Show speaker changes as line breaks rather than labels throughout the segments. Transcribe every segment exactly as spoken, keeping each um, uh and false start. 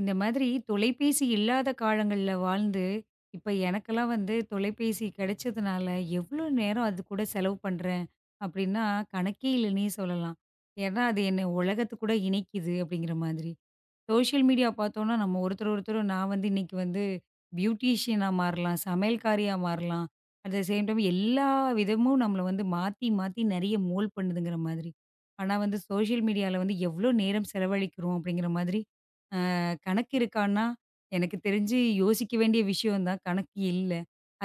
இந்த மாதிரி தொலைபேசி இல்லாத காலங்கள்ல வாழ்ந்து, இப்ப எனக்கெல்லாம் வந்து தொலைபேசி கிடைச்சதுனால, எவ்ளோ நேரம் அது கூட செலவு பண்றேன் அப்டின்னா, கணக்கே இல்லன்னே சொல்லலாம். ஏன்னா, அது என்ன உலகத்து கூட இணைக்குது அப்டிங்கிற மாதிரி. சோஷியல் மீடியா பார்த்தோம்னா, நம்ம ஒருத்தர் ஒருத்தர் நான் வந்து இன்னைக்கு வந்து பியூட்டிஷியனா மாறலாம், சமையல்காரியா மாறலாம். அட் த சேம் டைம் எல்லா விதமும் நம்மள வந்து மாத்தி மாத்தி நெறைய மோல்ட் பண்ணுதுங்கிற மாதிரி. ஆனா வந்து சோஷியல் மீடியால வந்து எவ்ளோ நேரம் செலவழிக்கிறோம் அப்டிங்கிற மாதிரி கணக்கு இருக்கான்னா, எனக்கு தெரிஞ்சு யோசிக்க வேண்டிய விஷயம் தான். கணக்கு இல்ல.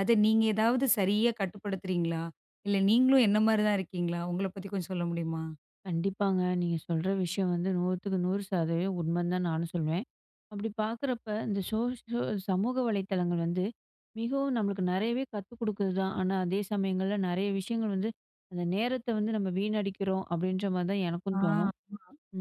அத நீங்க ஏதாவது சரியா கட்டுப்படுத்துறீங்களா? இல்ல நீங்களும் என்ன மாரி தான் இருக்கீங்களா? உங்கள பத்தி கொஞ்சம் சொல்ல முடியுமா?
கண்டிப்பாங்க. நீங்க சொல்ற விஷயம் வந்து நூற்றுக்கு நூறு சதவீதம் உண்மைன்னு தான் நானும் சொல்வேன். அப்படி பார்க்குறப்ப இந்த சோ சோ சமூக வலைத்தளங்கள் வந்து மிகவும் நம்மளுக்கு நெறையவே கத்துக் குடுக்குது தான். ஆனா, அதே சமயங்கள்ல நெறைய விஷயங்கள் வந்து அந்த நேரத்த வந்து நம்ம வீணடிக்கிறோம் அப்படின்ற மாரி தான் எனக்கும்
ஆ,
தோணும்.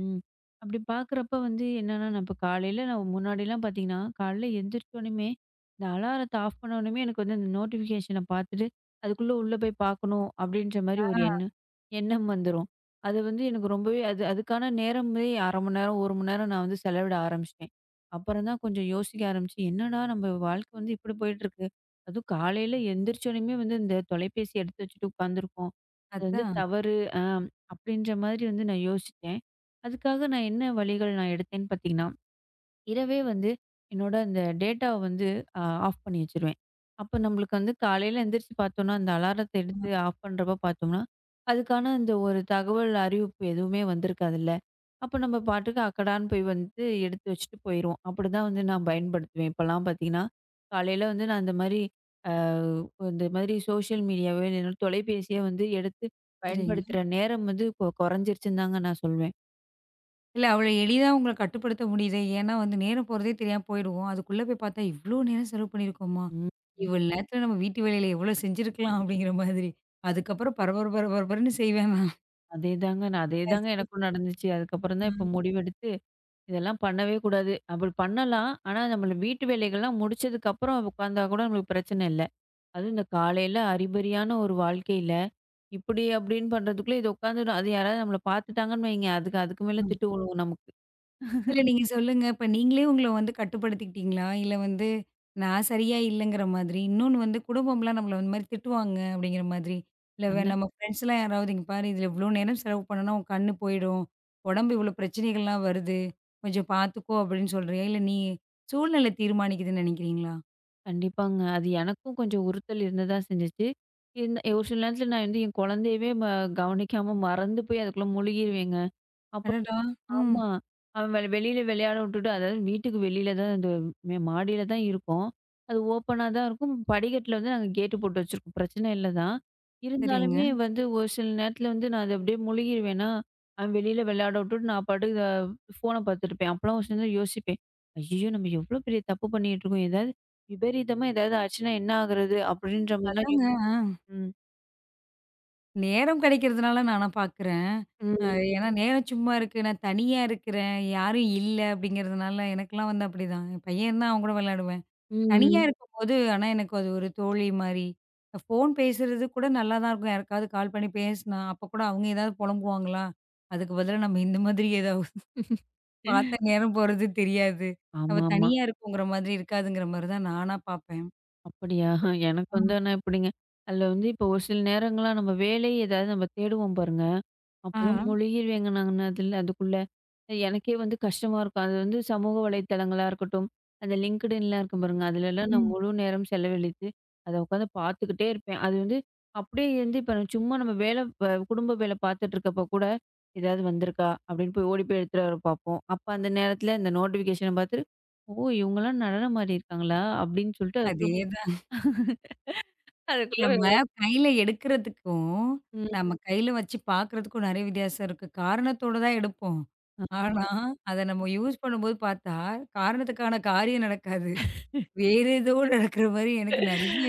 ம். அப்படி பார்க்குறப்ப வந்து என்னன்னா, நான் இப்ப காலையில நான் முன்னாடிலாம் பார்த்தீங்கன்னா, காலையில எந்திரிச்சோனயுமே, இந்த அலாரத்த ஆஃப் பண்ணோனயுமே எனக்கு வந்து அந்த நோட்டிஃபிகேஷன பார்த்துட்டு, அதுக்குள்ள உள்ள போய் பார்க்கணும் அப்படின்ற மாரி
ஆ,
ஒரு எண்ணம் எண்ணம் வந்துரும். அது வந்து எனக்கு ரொம்பவே அது அதுக்கான நேரமே அரை மணி நேரம், ஒரு மணி நேரம் நான் வந்து செலவிட ஆரம்பிச்சுட்டேன். அப்புறம் தான் கொஞ்சம் யோசிக்க ஆரம்பிச்சு, என்னடா நம்ம வாழ்க்கை வந்து இப்படி போயிட்டுருக்கு. அதுவும் காலையில எந்திரிச்சோனயுமே வந்து இந்த தொலைபேசி எடுத்து வச்சுட்டு உட்காந்துருக்கோம். அது வந்து
அதான்.
தவறு, அ அப்படின்ற மாதிரி வந்து நான் யோசிச்சேன். அதுக்காக நான் என்ன வழிகள் நான் எடுத்தேன்னு பார்த்தீங்கன்னா, இரவே வந்து என்னோட அந்த டேட்டாவ வந்து அ ஆஃப் பண்ணி வச்சுருவேன். அப்போ நம்மளுக்கு வந்து காலையில எந்திரிச்சு பார்த்தோம்னா, அந்த அலாரத்த
ஆ,
எடுத்து ஆஃப் பண்றப்ப பார்த்தோம்னா, அதுக்கான அந்த ஒரு தகவல் அறிவிப்பு எதுவுமே வந்திருக்காதுல்ல. அப்போ நம்ம பாட்டுக்கு அக்கடான்னு போய் வந்து எடுத்து வச்சுட்டு போயிருவோம். அப்படிதான் வந்து நான் பயன்படுத்துவேன். இப்போலாம் பார்த்தீங்கன்னா, காலையில வந்து நான் இந்த மாரி அ இந்த மாதிரி சோஷியல் மீடியாவோ, இல்லைனா தொலைபேசியோ வந்து எடுத்து
சரிங்க.
பயன்படுத்துற நேரம் வந்து கொ கொறைஞ்சிருச்சுன்னு தாங்க நான் சொல்வேன்.
இல்ல அவ்வளோ எளிதா உங்கள கட்டுப்படுத்த முடியுதே. ஏன்னா வந்து நேரம் போறதே தெரியாம போயிடுவோம். அதுக்குள்ள போய் பார்த்தா, இவ்ளோ நேரம் செலவு பண்ணியிருக்கோமா?
ம்.
இவ்வளோ நேரத்துல நம்ம வீட்டு வேலையில எவ்வளோ செஞ்சிருக்கலாம்? அப்படிங்கிற மாதிரி. அதுக்கப்புறம் பரபர பரபரன்னு செய்வேன்
அதேதாங்க. நான் அதேதாங்க எனக்கும் நடந்துச்சு. அதுக்கப்புறம் தான் இப்ப முடிவெடுத்து, இதெல்லாம் பண்ணவே கூடாது. அப்படி பண்ணலாம். ஆனா நம்மள வீட்டு வேலைகள்லாம் முடிச்சதுக்கப்புறம் உட்காந்தா கூட நம்மளுக்கு பிரச்சனை இல்ல. அதுவும் இந்த காலையில அறிபறியான ஒரு வாழ்க்கையில, இப்படி அப்படின்னு பண்றதுக்குள்ள இது உட்காந்துடும். அது யாராவது நம்மள பார்த்துட்டாங்கன்னு வைங்க, அதுக்கு அதுக்கு மேல
நான்.
திட்டு விழுவும் நமக்கு.
இல்ல நீங்க சொல்லுங்க. இப்ப நீங்களே உங்கள வந்து கட்டுப்படுத்திக்கிட்டீங்களா? இல்ல வந்து நான் சரியா இல்லங்கிற மாதிரி, இன்னொன்னு வந்து குடும்பம்லாம் நம்மள இந்த மாரி திட்டுவாங்க அப்படிங்கிற மாதிரி, இல்ல வே
அந்த
நம்ம ஃப்ரெண்ட்ஸ்லாம் யாராவது இங்க பாரு இதுல இவ்ளோ நேரம் செலவு பண்ணுனா உன் கண்ணு போயிடும். உடம்பு இவ்ளோ பிரச்சனைகள்லாம் வருது. கொஞ்சம் பார்த்துக்கோ அப்படின்னு சொல்றியா? இல்ல நீ சூழ்நிலை தீர்மானிக்குதுன்னு நெனைக்கிறீங்களா?
கண்டிப்பாங்க. அது எனக்கும் கொஞ்சம் உறுத்தல் இருந்ததா செஞ்சுச்சு. இருந்த ஒரு சில நேரத்துல நான் வந்து என் குழந்தையவே ம கவனிக்காம மறந்து போய் அதுக்குள்ள முழுகிருவேங்க. அப்ப
அடடா! ம்.
ஆமா. அவன் வெ வெளியில விளையாட விட்டுட்டு, அதாவது வீட்டுக்கு வெளியில தான் அந்த மே மாடியில தான் இருக்கும். அது ஓப்பனா தான் இருக்கும். படிக்கட்டில வந்து நாங்க கேட்டு போட்டு வச்சிருக்கோம். பிரச்சனை இல்ல தான். ம்.
சரிங்க.
இருந்தாலுமே வந்து ஒரு சில நேரத்தில வந்து நான் அது அப்படியே முழுகிருவேனா, அவன் வெளியில விளையாட விட்டுட்டு நான் பாட்டுக்கு அ ஃபோன பார்த்துட்டுருப்பேன். அப்பலாம் ஒரு சில நேரம் யோசிப்பேன். ஐய்யயோ! நம்ம எவ்வளோ பெரிய தப்பு பண்ணிட்டு இருக்கோம். ஏதாவது விபரீதமா ஏதாவது ஆச்சுன்னா என்ன ஆகுறது? அப்படின்ற மாதிரிலாம் யோ
அதாங்க. ஆ.
ம்.
நேரம் கிடைக்கிறதுனால நானா பார்க்குறேன்.
ம்.
அ ஏன்னா நேரம் சும்மா இருக்கு. நான் தனியா இருக்கிறேன். யாரும் இல்ல அப்படிங்கிறதுனால எனக்கெல்லாம் வந்து அப்படிதான். என் பையன் இருந்தா அவன் கூட விளையாடுவேன். தனியா
ம்.
ம். இருக்கும்போது ஆனா எனக்கு அது ஒரு தோழி மாரி. ஃபோன் பேசுறது கூட நல்லா தான் இருக்கும். யாருக்காவது கால் பண்ணி பேசினா, அப்ப கூட அவங்க ஏதாவது புலம்புவாங்களா? அதுக்கு பதிலா நம்ம இந்த மாதிரி ஏதாவது
ம்.
பார்த்தா நேரம் போறது தெரியாது. நம்ம
ஆமாமா.
தனியா இருக்கோங்கிற மாதிரி இருக்காதுங்கிற மாரி தான் நானா பார்ப்பேன்.
அப்படியா? எனக்கு
ஆ.
வந்து ஆனா இப்படிங்க. அதில வந்து இப்போ ஒரு சில நேரங்கள்லாம் நம்ம வேலை ஏதாவது நம்ம தேடுவோம் பாருங்க.
ஆ.
அப்போலாம் முழுகிருவேங்க நானு அதில அதுக்குள்ள. எனக்கே வந்து கஷ்டமா இருக்கும். அது வந்து சமூக வலைத்தளங்களா இருக்கட்டும், அந்த லிங்க்டுன்லாம் இருக்கும் பாருங்க. அதுலலாம் நான்
ம்.
முழு நேரம் செலவழித்து அத உட்காந்து பார்த்துக்கிட்டே இருப்பேன். அது வந்து அப்படியே இருந்து இப்போ சும்மா நம்ம வேலை ப குடும்ப வேலை பார்த்துட்டு இருக்கப்போ கூட, ஏதாவது வந்திருக்கா? அப்படின்னு போய் ஓடி போய் எடுத்துட்டு வர பார்ப்போம். அப்போ அந்த நேரத்தில இந்த நோட்டிஃபிகேஷன பார்த்துட்டு, ஓ! இவங்கலாம் நடனம் ஆடியிருக்காங்களா? அப்படின்னு சொல்லிட்டு
அதே
அதுக்குள்ள அதுக்குள்ள
நம்ம கையில எடுக்கிறதுக்கும்,
ம்.
நம்ம கையில வச்சு பார்க்கறதுக்கும் நெறைய வித்தியாசம் இருக்கு. காரணத்தோட தான் எடுப்போம்.
ஆமா.
ஆனா, அத நம்ம யூஸ் பண்ணும்போது பார்த்தா, காரணத்துக்கான காரியம் நடக்காது. வேற ஏதோ நடக்கிற மாரி எனக்கு நெறைய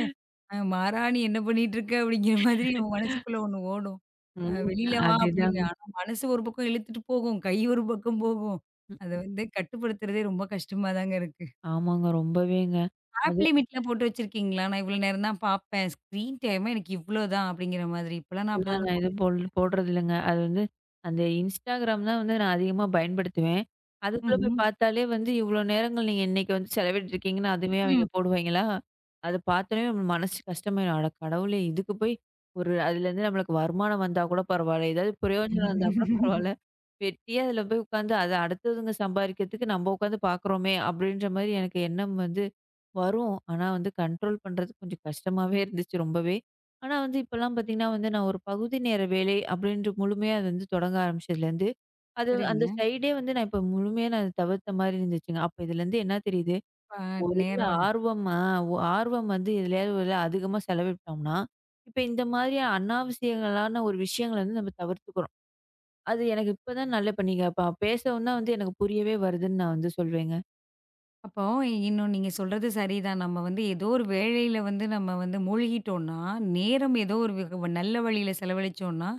அ "மாறா நீ என்ன பண்ணிட்டு இருக்க?" அப்படிங்கிற மாதிரி நம்ம மனசுக்குள்ள ஒண்ணு ஓடும். அ
ம்.
"வெளியில வா" அப்படின்னு.
அதேதாங்க.
ஆனா மனசு ஒரு பக்கம் இழுத்துட்டு போகும். கை ஒரு பக்கம் போகும். அத
ம்.
வந்து கட்டுப்படுத்துறதே ரொம்ப கஷ்டமா தாங்க இருக்கு.
ஆமாங்க ரொம்பவேங்க.
ஆப்
அது
லிமிட்ல போட்டு வச்சிருக்கீங்களா? நான் இவ்வளோ நேரம் தான் பாப்பேன். ஸ்க்ரீன் டைமே எனக்கு இவ்ளோ தான் அப்படிங்கிற மாதிரி. இப்பலாம் நான்
இப்பலாம்
அப்படிதாங்க
நான்
போட்டு
எதுவும் போல் போடுறதில்லங்க. அது வந்து அந்த Instagram தான் வந்து நான் அதிகமா பயன்படுத்துவேன். அதுக்குள்ள ம். போய்
ம்ஹ்ம்.
பார்த்தாலே வந்து இவ்ளோ நேரங்கள் நீங்க இன்னைக்கு வந்து செலவிட்டுருக்கீங்கன்னு அதுவே ம். அவைங்க
ம்.
போடுவாய்ங்களா? அத பார்த்தோனே மனசு கஷ்டமாயிடும். அட கடவுளே! இதுக்கு போய் ஒரு அதுலேருந்து நம்மளுக்கு வருமானம் வந்தா கூட பரவால்ல. ஏதாவது பிரயோஜனம் இருந்தா கூட பரவால்ல. வெட்டியா அதில போய் உட்காந்து அத அடுத்தவங்க சம்பாதிக்கிறதுக்கு நம்ம உட்காந்து பார்க்குறோமே! அப்படின்ற மாரி எனக்கு எண்ணம் வந்து வரும். ஆனா வந்து கண்ட்ரோல் பண்றது கொஞ்சம் கஷ்டமாவே இருந்துச்சு ரொம்பவே. ஆனா வந்து இப்பலாம் பார்த்தீங்கன்னா வந்து, நான் ஒரு பகுதி நேர வேலை அப்படின்ட்டு முழுமையா அது வந்து தொடங்க ஆரம்பிச்சதுலேருந்து, அது அந்த
சரிங்க.
சைடே வந்து நான் இப்போ முழுமையா நான் தவிர்த்த மாரி இருந்துச்சுங்க. அப்ப இதுலேருந்து என்ன தெரியுது,
அ
ஒரு இதுல
நேரம் வந்து
ஆர்வம் ஆ ஒ- ஆர்வம் வந்து எதுலயாவது ஒரு அதிகமா செலவிட்டோம்னா, இப்ப இந்த மாதிரியான அனாவசியங்களான ஒரு விஷயங்கள வந்து நம்ம தவிர்த்துக்கிறோம். அது எனக்கு இப்பதான் நல்ல இப்ப நீங்க ப பேசவும் தான் வந்து எனக்கு புரியவே வருதுன்னு நான் வந்து சொல்வேங்க.
அப்போ இன்னும் நீங்க சொல்றது சரிதான். நம்ம வந்து ஏதோ ஒரு வேலையில வந்து நம்ம வந்து மூழ்கிட்டோம்னா, நேரம் ஏதோ ஒரு வ நல்ல வழியில செலவழிச்சோம்னா,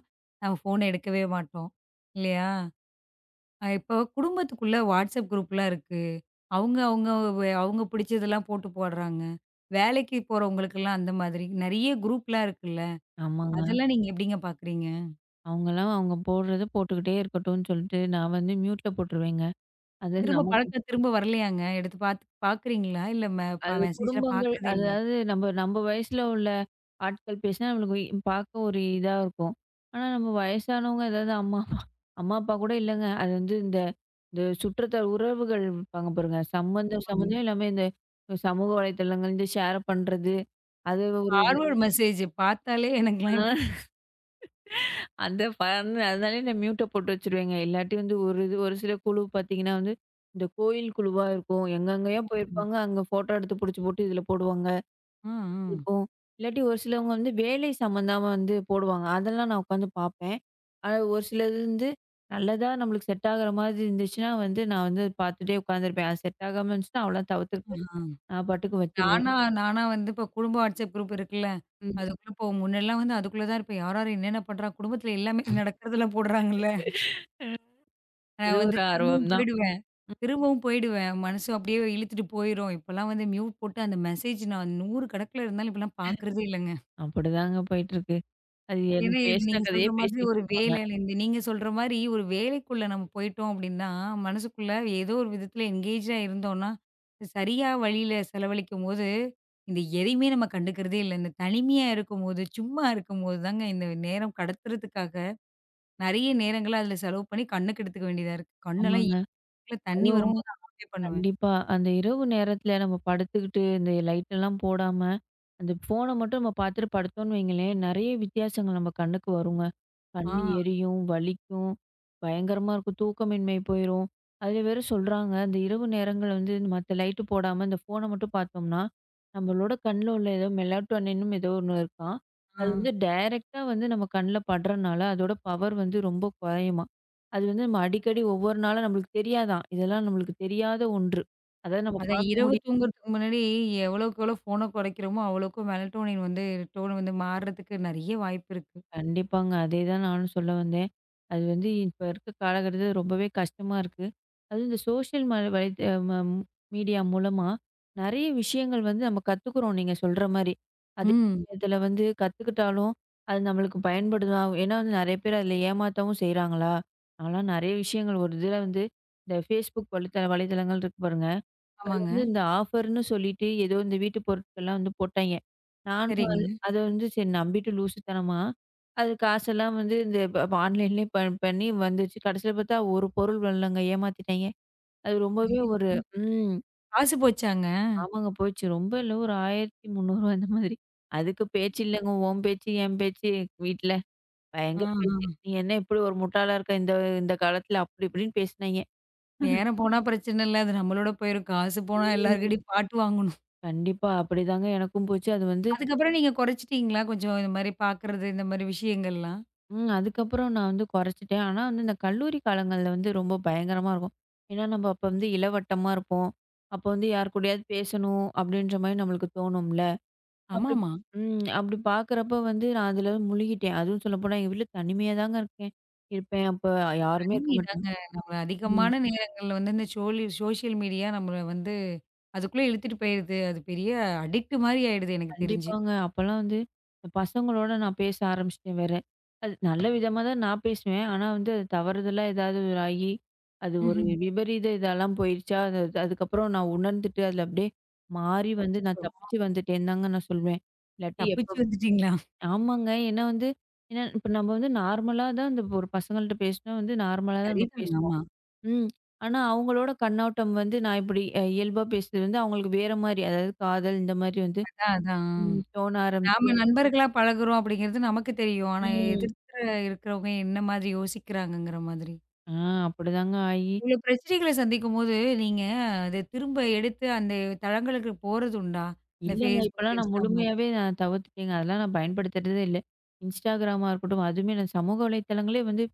நம்ம ஃபோன எடுக்கவே மாட்டோம். இல்லையா? அ இப்போ குடும்பத்துக்குள்ள வாட்ஸ்அப் குரூப்லாம் இருக்கு. அவங்க, அவங்க வ அவங்க பிடிச்சதெல்லாம் போட்டு போடுறாங்க. வேலைக்கு போறவங்களுக்கெல்லாம் அந்த மாதிரி நெறைய குரூப்லாம் இருக்குல்ல.
ஆமாங்க.
அதெல்லாம் நீங்க எப்படிங்க பார்க்குறீங்க?
அவங்கலாம் அவங்க போடுறத போட்டுக்கிட்டே இருக்கட்டும்னு சொல்லிட்டு, நான் வந்து மியூட்ல போட்டுருவேங்க. அது
திரும்ப
நம்ம
பழக்கம் திரும்ப வரலையாங்க? எடுத்து பார்த்து பார்க்குறீங்களா? இல்ல மெ ப
அது
மெசேஜ்லாம்
குடும்பங்கள்
பார்க்குறதே இல்லையா?
அதாவது நம்ம நம்ம வயசுல உள்ள ஆட்கள் பேசினா நம்மளுக்கு இ பார்க்க ஒரு இதா இருக்கும். ஆனா நம்ம வயசானவங்க ஏதாவது அம்மா, அப்பா அம்மா, அப்பா கூட இல்லங்க. அது வந்து இந்த இந்த சுற்றத்தார் உறவுகள் இருப்பாங்க பாருங்க. சம்பந்தம்
ஆமாங்க.
சம்பந்தம் எல்லாமே இந்த சமூக வலைதளங்கள் இந்த ஷேர் பண்றது. அது ஒரு இது.
ஃபார்வர்ட் மெசேஜ் பார்த்தாலே எனக்கெல்லாம் இப்ப
ஆ அந்த ஃபன் அதனாலயே நான் மியூட்ட போட்டு வச்சுருவேங்க. இல்லாட்டி வந்து ஒரு இது ஒரு சில குழு பார்த்தீங்கன்னா வந்து, இந்த கோயில் குழுவா இருக்கும். எங்கெங்கேயோ போயிருப்பாங்க. அங்க ஃபோட்டோ எடுத்து புடிச்சு போட்டு இதில போடுவாங்க.
ஆ, ஆ.
இருக்கும். இல்லாட்டி ஒரு சிலவங்க வந்து வேலை சம்மந்தமா வந்து போடுவாங்க. அதெல்லாம் நான் உட்காந்து பார்ப்பேன். ஆனா ஒரு சிலது வந்து நல்லதா நம்மளுக்கு செட் ஆகுற மாதிரி இருந்துச்சுன்னா வந்து, நான் வந்து பார்த்துட்டே உட்காந்துருப்பேன். அது செட் ஆகாம இருந்துச்சுன்னா அவ்வளோதான் தவிர்த்துட்டு
ஆஹா.
நான் பாட்டுக்கு வச்சுருவேன்.
நானா நானா வந்து இப்போ குடும்ப வாட்ஸ்அப் குரூப் இருக்குல்ல.
ம்.
அதுக்குள்ள இப்போ முன்னெல்லாம் வந்து அதுக்குள்ள தான் இருப்பேன். யார் யார் என்னென்ன பண்றா குடும்பத்தில எல்லாமே நடக்கிறதெல்லாம் போடுறாங்கல்ல. நான்
அது
வந்து
ஒரு
திரும்பவும்
ஆர்வம் தான்.
போயிடுவேன். திரும்பவும் போயிடுவேன். மனசு அப்படியே இழுத்துட்டு போயிரும். இப்பலாம் வந்து மியூட் போட்டு அந்த மெசேஜ் நான் நூறு கணக்குல இருந்தாலும் இப்பலாம் பார்க்குறதே இல்லங்க.
அப்படிதாங்க போயிட்டுருக்கு. அது என்
ஏன்னா இது
பேசின
நீங்க
கதையே
சொல்ற மாதிரி
பேசிக்கிட்டு
ஒரு
இருப்பாங்க.
வேலையில இந்த நீங்க சொல்ற மாரி ஒரு வேலைக்குள்ள நம்ம போயிட்டோம் அப்படின்னா, மனசுக்குள்ள ஏதோ ஒரு விதத்துல என்கேஜா இருந்தோம்னா, இது சரியா வழியில செலவழிக்கும்போது, இந்த எதையுமே நம்ம கண்டுக்கிறதே இல்ல. இந்த தனிமையா இருக்கும்போது, சும்மா இருக்கும்போது தாங்க இந்த நேரம் கடத்துறதுக்காக நெறைய நேரங்கள அதுல செலவு பண்ணி கண்ண கெடுத்துக்க வேண்டியதா இருக்கு. கண்ணெல்லாம்
ஆமாங்க.
ஈ- தண்ணி
அதுவும்
வரும்போது ஆஃபே பண்ணுவேன்.
கண்டிப்பா. அந்த இரவு நேரத்துல நம்ம படுத்துக்கிட்டு, இந்த லைட் எல்லாம் போடாம, அந்த ஃபோன மட்டும் நம்ம பாத்துட்டு படுத்தோம்ன்னு வைங்களேன், நெறைய வித்தியாசங்கள் நம்ம கண்ணுக்கு வருங்க. கண்ணு
ஆ,
எரியும், வலிக்கும், பயங்கரமா இருக்கும். தூக்கமின்மை போயிரும். அதுல வேற சொல்றாங்க, அந்த இரவு நேரங்கள்ல வந்து மத்த லைட்டு போடாம இந்த ஃபோன மட்டும் பாத்தோம்னா, நம்மளோட கண்ல உள்ள ஏதோ மெலாட்டோனின்னும் ஏதோ ஒண்ணு இருக்காம்.
ஆ.
அது வந்து டைரக்ட்டா வந்து நம்ம கண்ல படுறனால, அதோட பவர் வந்து ரொம்ப குறையுமாம். அது வந்து நம்ம அடிக்கடி ஒவ்வொரு நாளும் நம்மளுக்கு தெரியாதாம். இதெல்லாம் நம்மளுக்கு தெரியாத ஒன்று. அதாவது நம்ம
அதான்
பார்க்க
இரவு
முடியும்.
தூங்குறதுக்கு முன்னாடி எவ்வளோக்கு எவ்வளோ ஃபோன குறைக்கிறோமோ, அவ்வளோக்கும் மெலட்டோனின் வந்து டோன் வந்து மாறுறதுக்கு நெறைய வாய்ப்பு இருக்கு.
கண்டிப்பாங்க. அதேதான் நானும் சொல்ல வந்தேன். அது வந்து இப்ப இருக்க காலகட்டத்தில ரொம்பவே கஷ்டமா இருக்கு. அதுவும் இந்த சோஷியல் ம வலைத ம மீடியா மூலமா நெறைய விஷயங்கள் வந்து நம்ம கத்துக்குறோம் நீங்க சொல்ற மாரி. அதே
ம்.
நேரத்தில வந்து கத்துக்கிட்டாலும், அது நம்மளுக்கு பயன்படுதா? ஏன்னா வந்து நெறைய பேர் அதில ஏமாத்தவும் செய்றாங்களா? நான்லாம் நெறைய விஷயங்கள் ஒரு இதில வந்து இந்த Facebook வலைத்த வலைதளங்கள் இருக்கு பாருங்க. பொருட்கள்
ஆமாங்க.
வந்து இந்த ஆஃபர்ன்னு சொல்லிட்டு, ஏதோ இந்த வீட்டு பொருட்கள்லாம் வந்து போட்டாய்ங்க. நானும்
சரிங்க.
அது அத வந்து சரி நம்பிட்டு லூசுத்தனமா, அது காசெல்லாம் வந்து இந்த ப ப ஆன்லைன்லேயே ப பண்ணி வந்துச்சு. கடைசியில பார்த்தா ஒரு பொருள் வரலங்க. ஏமாத்திட்டாய்ங்க. அது ரொம்பவே ஒரு
ஐயய்யோ!
ம்.
காசு போச்சாங்க?
ஆமாங்க போச்சு. ரொம்ப இல்ல ஒரு ஆயிரத்து முந்நூறு அந்த மாதிரி. அதுக்கு பேச்சு இல்லங்க. உன் பேச்சு, என் பேச்சு வீட்ல பயங்கர
ஆஹா.
பேச்சு. "நீ என்ன இப்படி ஒரு முட்டாளா இருக்க? இந்த இந்த காலத்துல" அப்படி இப்படின்னு பேசினாய்ங்க.
நேரம் போனா பிரச்சனை இல்ல. அது நம்மளோட போயிரும். காசு போனா
ம்.
எல்லார்கிட்டயும் பாட்டு வாங்கணும்.
கண்டிப்பா. அப்படிதாங்க எனக்கும் போச்சு. அது வந்து
அதுக்கப்புறம் நீங்க குறைச்சிட்டீங்களா? கொஞ்சம் இந்த மாரி பார்க்குறது, இந்த மாரி விஷயங்கள்லாம்?
ம். அதுக்கப்புறம் நான் வந்து குறைச்சுட்டேன். ஆனா வந்து இந்த கல்லூரி காலங்கள்ல வந்து ரொம்ப பயங்கரமா இருக்கும். ஏன்னா, நம்ம அப்ப வந்து இளவட்டமா இருப்போம். அப்ப வந்து யார் கூடயாவது பேசணும் அப்படின்ற மாரி நம்மளுக்கு தோணும்ல. அப்படி
ஆமாமா.
ம். அப்படி பார்க்குறப்ப வந்து நான் அதில முழுகிட்டேன். அதுவும் சொல்லப்போனா எங்க வீட்ல தனிமையா தாங்க இருக்கேன் இருப்பேன். அப்ப யாருமே இருக்க
கணினி
மாட்டாங்க.
தாங்க. நம்மள
ம்.
அதிகமான நேரங்கள்ல வந்து இந்த சோலி சோசியல் மீடியா நம்மள வந்து அதுக்குள்ள இழுத்துட்டு போயிருது. அது பெரிய அடிக்ட் மாரி ஆயிடுது எனக்கு தெரிஞ்சு.
கண்டிப்பாங்க. அப்பலாம் வந்து இந்த பசங்களோட நான் பேச ஆரம்பிச்சுட்டேன் வேற. அது நல்ல விதமா தான் நான் பேசுவேன். ஆனா வந்து அது தவறுதலா ஏதாவது ஒரு ஆகி, அது ஒரு
ம்ஹ்ம்.
விபரீத இதெல்லாம் போயிருச்சா, அது அதுக்கப்புறம் நான் உணர்ந்துட்டு அதில அப்படியே மாறி வந்து
அச்சச்சோ!
நான் தப்பிச்சு வந்துட்டேன்னு தாங்க நான் சொல்வேன். இல்லாட்டி
தப்பிச்சு
எப்ப
வந்துட்டீங்களா?
ஆமாங்க. ஏன்னா வந்து ஏன்னா இப்ப நம்ம வந்து நார்மலா தான் இந்த ஒரு பசங்கள்ட்ட பேசினா வந்து நார்மலா தான் நம்ம
சரிதாங்க.
பேசுவோம்.
ஆமா.
ம். ஆனா அவங்களோட கண்ணோட்டம் வந்து நான் இப்படி அஹ், இயல்பா பேசுறது வந்து அவங்களுக்கு வேற மாரி, அதாவது காதல் இந்த மாரி வந்து
அதான், அதான்.
ம் தோண ஆரம்பிச்சு
நாம நண்பர்களா பழகுறோம் அப்படிங்கிறது நமக்கு தெரியும். ஆனா
ம்.
எதிர்க்க இருக்கிறவங்க என்ன மாதிரி யோசிக்கிறாங்கங்கிற மாதிரி.
ஆ அப்படிதாங்க ஆயி,
இவ்வளோ பிரச்சனைகள சந்திக்கும்போது, நீங்க அத திரும்ப எடுத்து அந்த தளங்களுக்கு போறது உண்டா? இந்த
இல்லங்க
Facebook,
இப்பலாம் நான்
Insta மாதிரி.
முழுமையாவே நான் தவிர்த்துட்டேங்க. அதெல்லாம் நான் பயன்படுத்துறதே இல்ல. Instagramமா இருக்கட்டும், அதுவுமே நான் சமூக வலைத்தளங்களே வந்து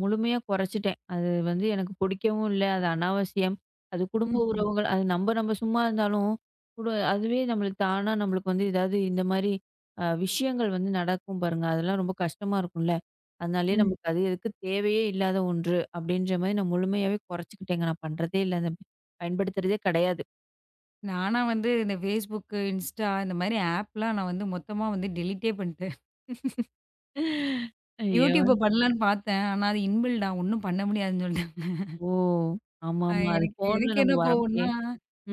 முழுமையா குறைச்சுட்டேன். அது வந்து எனக்கு பிடிக்கவும் இல்ல. அது அனாவசியம். அது குடும்ப ம்.
ம்ஹ்ம்.
உறவுகள் அது நம்ப நம்ப சும்மா இருந்தாலும், கூட அதுவே நம்மளுக்கு தானா நம்மளுக்கு வந்து ஏதாவது இந்த மாரி அ விஷயங்கள் வந்து நடக்கும் பாருங்க. அதெல்லாம் ரொம்ப கஷ்டமா இருக்கும்ல. அதனாலயே ம்.
ம்.
நமக்கு அது எதுக்கு தேவையே இல்லாத ஒன்று. அப்படின்ற மாரி நான் முழுமையாவே குறைச்சுக்கிட்டேங்க. நான் பண்றதே இல்ல. அத பயன்படுத்துறதே கிடையாது.
நானா வந்து இந்த Facebook, Insta இந்த மாரி ஆப்லாம் நான் வந்து மொத்தமா வந்து டெலீட்டே பண்ணிட்டேன்.
ஐயோ!
YouTube பண்ணலான்னு பார்த்தேன். ஆனா அது இன்பில்டா ஒண்ணும் பண்ண முடியாதுன்னு சொல்லிட்டு
ஓ!
அ
ஆமாமா. அது
எனக்கு எனக்கு
ஃபோன்ல
என்ன
நம்ம
கோவம்னா,
வரப்பயே.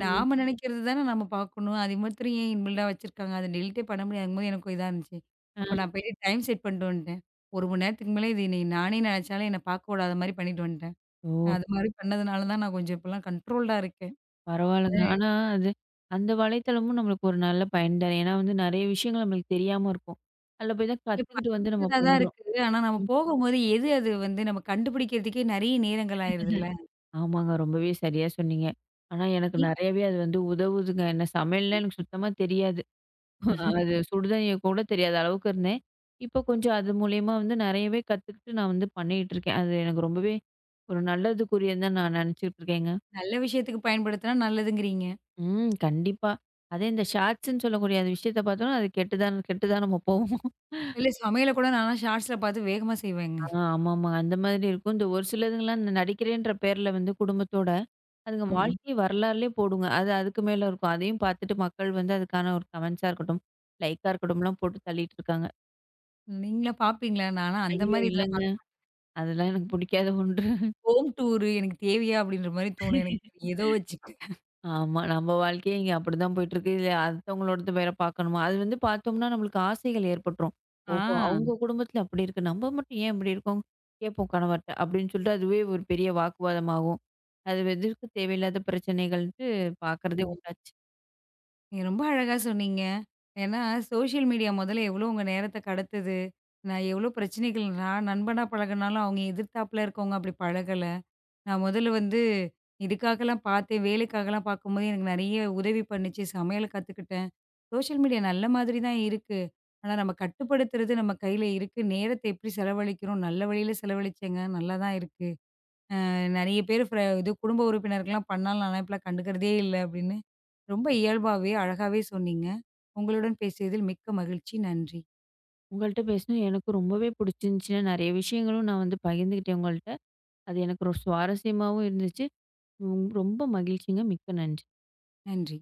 ம்.
நாம நினைக்கிறது தானே நம்ம பார்க்கணும். அது மாத்திரம் ஏன் இன்பில்டா வச்சிருக்காங்க. அத டெலிட்டே பண்ண முடியாதுங்கும்போது எனக்கு இதா இருந்துச்சு.
அ.
அப்ப நான் போயிட்டு டைம் செட் பண்ணிட்டு வந்துட்டேன். ஒரு மணி நேரத்துக்கு மேல இது என்னை நானே நினைச்சாலும் என்ன பார்க்க விடாத மாரி பண்ணிட்டு வந்துட்டேன்.
ஓ!
அது மாரி பண்ணதுனால தான் நான் கொஞ்சம் இப்பலாம் கண்ட்ரோல்டா இருக்கேன். அது
பரவால்லங்க. ஆனா, அது அந்த வலைத்தளமும் நம்மளுக்கு ஒரு நல்ல பயன் தான். ஏன்னா வந்து நெறைய விஷயங்கள் நம்மளுக்கு தெரியாம இருக்கும். அதில போய் தான்
இல்ல
கத்துக்கிட்டு வந்து நம்ம
பயனுள்ளதா தான்
பண்றோம்.
இருக்கு. ஆனா நம்ம
ம்.
போகும்போது எது அது வந்து நம்ம கண்டுபிடிக்கிறதுக்கே நெறைய நேரங்கள் ஆயிருதுல்ல.
ஆமாங்க. ரொம்பவே சரியா சொன்னீங்க. ஆனா எனக்கு நெறையவே அது வந்து உதவுதுங்க. என்ன சமையல்னா எனக்கு சுத்தமா தெரியாது.
ம்.
அது சுடுதண்ணிய கூட தெரியாத அளவுக்கு இருந்தேன். இப்போ கொஞ்சம் அது மூலியமா வந்து நெறையவே கத்துக்கிட்டு நான் வந்து பண்ணிகிட்டு இருக்கேன். அது எனக்கு ரொம்பவே ஒரு நல்லதுக்குரியதுன்னு தான் நான் நெனச்சுட்டு இருக்கேங்க.
நல்ல விஷயத்துக்கு பயன்படுத்தினா நல்லதுங்கிறீங்க.
ம். கண்டிப்பா. அதே இந்த ஷார்ட்ஸ்ன்னு சொல்லக்கூடிய அந்த விஷயத்த பார்த்தோம்னா, அது கெட்டு தான் கெட்டு தான் நம்ம போவோம்.
இல்ல சமையல கூட நான்லாம் ஷார்ட்ஸ்ல பார்த்து வேகமா செய்வேங்க.
ஆ ஆமாமா. அந்த மாதிரி இருக்கும். இந்த ஒரு சிலதுங்கலாம் இந்த நடிக்கிறேன்ற பேர்ல வந்து குடும்பத்தோட, அதுங்க ம். வாழ்க்கை வரலாறுலயே போடுங்க. அது அதுக்கு மேல இருக்கும். அதையும் பார்த்துட்டு மக்கள் வந்து அதுக்கான ஒரு கமெண்ட்ஸா இருக்கட்டும், லைக்கா இருக்கட்டும்லாம் போட்டு தள்ளிட்டு இருக்காங்க.
நீங்களா பார்ப்பீங்களா? நான்லாம் அந்த
ஐயோ!
மாரி இதெல்லாம்
இல்லங்க.
பார்க்க
அதெல்லாம் எனக்கு பிடிக்காத ஒன்று.
ஹோம் டூரு எனக்கு தேவையா? அப்படின்ற மாரி தோணும் எனக்கு. ஏதோ வச்சுட்டு.
ஆமா. நம்ம வாழ்க்கையே இங்க அப்படிதான் போயிட்டுருக்கு. இதுல அடுத்தவங்களோடது வேற பார்க்கணுமா? அது வந்து பார்த்தோம்னா நம்மளுக்கு ஆசைகள் ஏற்பட்டுரும்.
ஆ.
ஓஹோ! அவங்க குடும்பத்துல அப்படி இருக்கு. நம்ம மட்டும் ஏன் இப்படி இருக்கோம்? கேட்போம் கணவர்ட்ட. அப்படின்னு சொல்லிட்டு அதுவே ஒரு பெரிய வாக்குவாதமாகும். அது எதற்கு தேவையில்லாத பிரச்சனைகள்ன்ட்டு பார்க்கறதே
ம்.
உண்டாச்சு.
நீங்க ரொம்ப அழகா சொன்னீங்க. ஏன்னா, சோஷியல் மீடியா முதல்ல எவ்வளோ உங்க நேரத்த கடத்துது. நான் எவ்வளோ பிரச்சனைகள் நான் நண்பனா பழகுனாலும், அவங்க எதிர்த்தாப்புல இருக்கவங்க அப்படி பழகல. நான் முதல்ல வந்து இதுக்காகலாம் பார்த்தேன். வேலைக்காகலாம் பார்க்கும்போது எனக்கு நெறைய உதவி பண்ணுச்சு. சமையல் கத்துக்கிட்டேன். சோஷியல் மீடியா நல்ல மாதிரி தான் இருக்கு. ஆனா நம்ம கட்டுப்படுத்துறது நம்ம கையில இருக்கு. நேரத்த எப்படி செலவழிக்கிறோம்? நல்ல வழியில செலவழிச்சேங்க. நல்லா தான் இருக்கு. அ நெறைய பேர் ஃப்ர இது குடும்ப உறுப்பினருக்கெல்லாம் பண்ணாலும் நான்லாம் இப்பலாம் கண்டுக்கிறதே இல்ல அப்படின்னு ரொம்ப இயல்பாவே, அழகாவே சொன்னீங்க. உங்களுடன் பேசியதில் மிக்க மகிழ்ச்சி. நன்றி.
உங்கள்ட்ட பேசினது எனக்கு ரொம்பவே பிடிச்சிருந்துச்சுங்க. நெறைய விஷயங்களும் நான் வந்து பகிர்ந்துக்கிட்டேன் உங்கள்ட்ட. அது எனக்கு ஒரு சுவாரஸ்யமாவும் இருந்துச்சு. ரொம் ரொம்ப மகிழ்ச்சிங்க. மிக்க நன்றி.
நன்றி.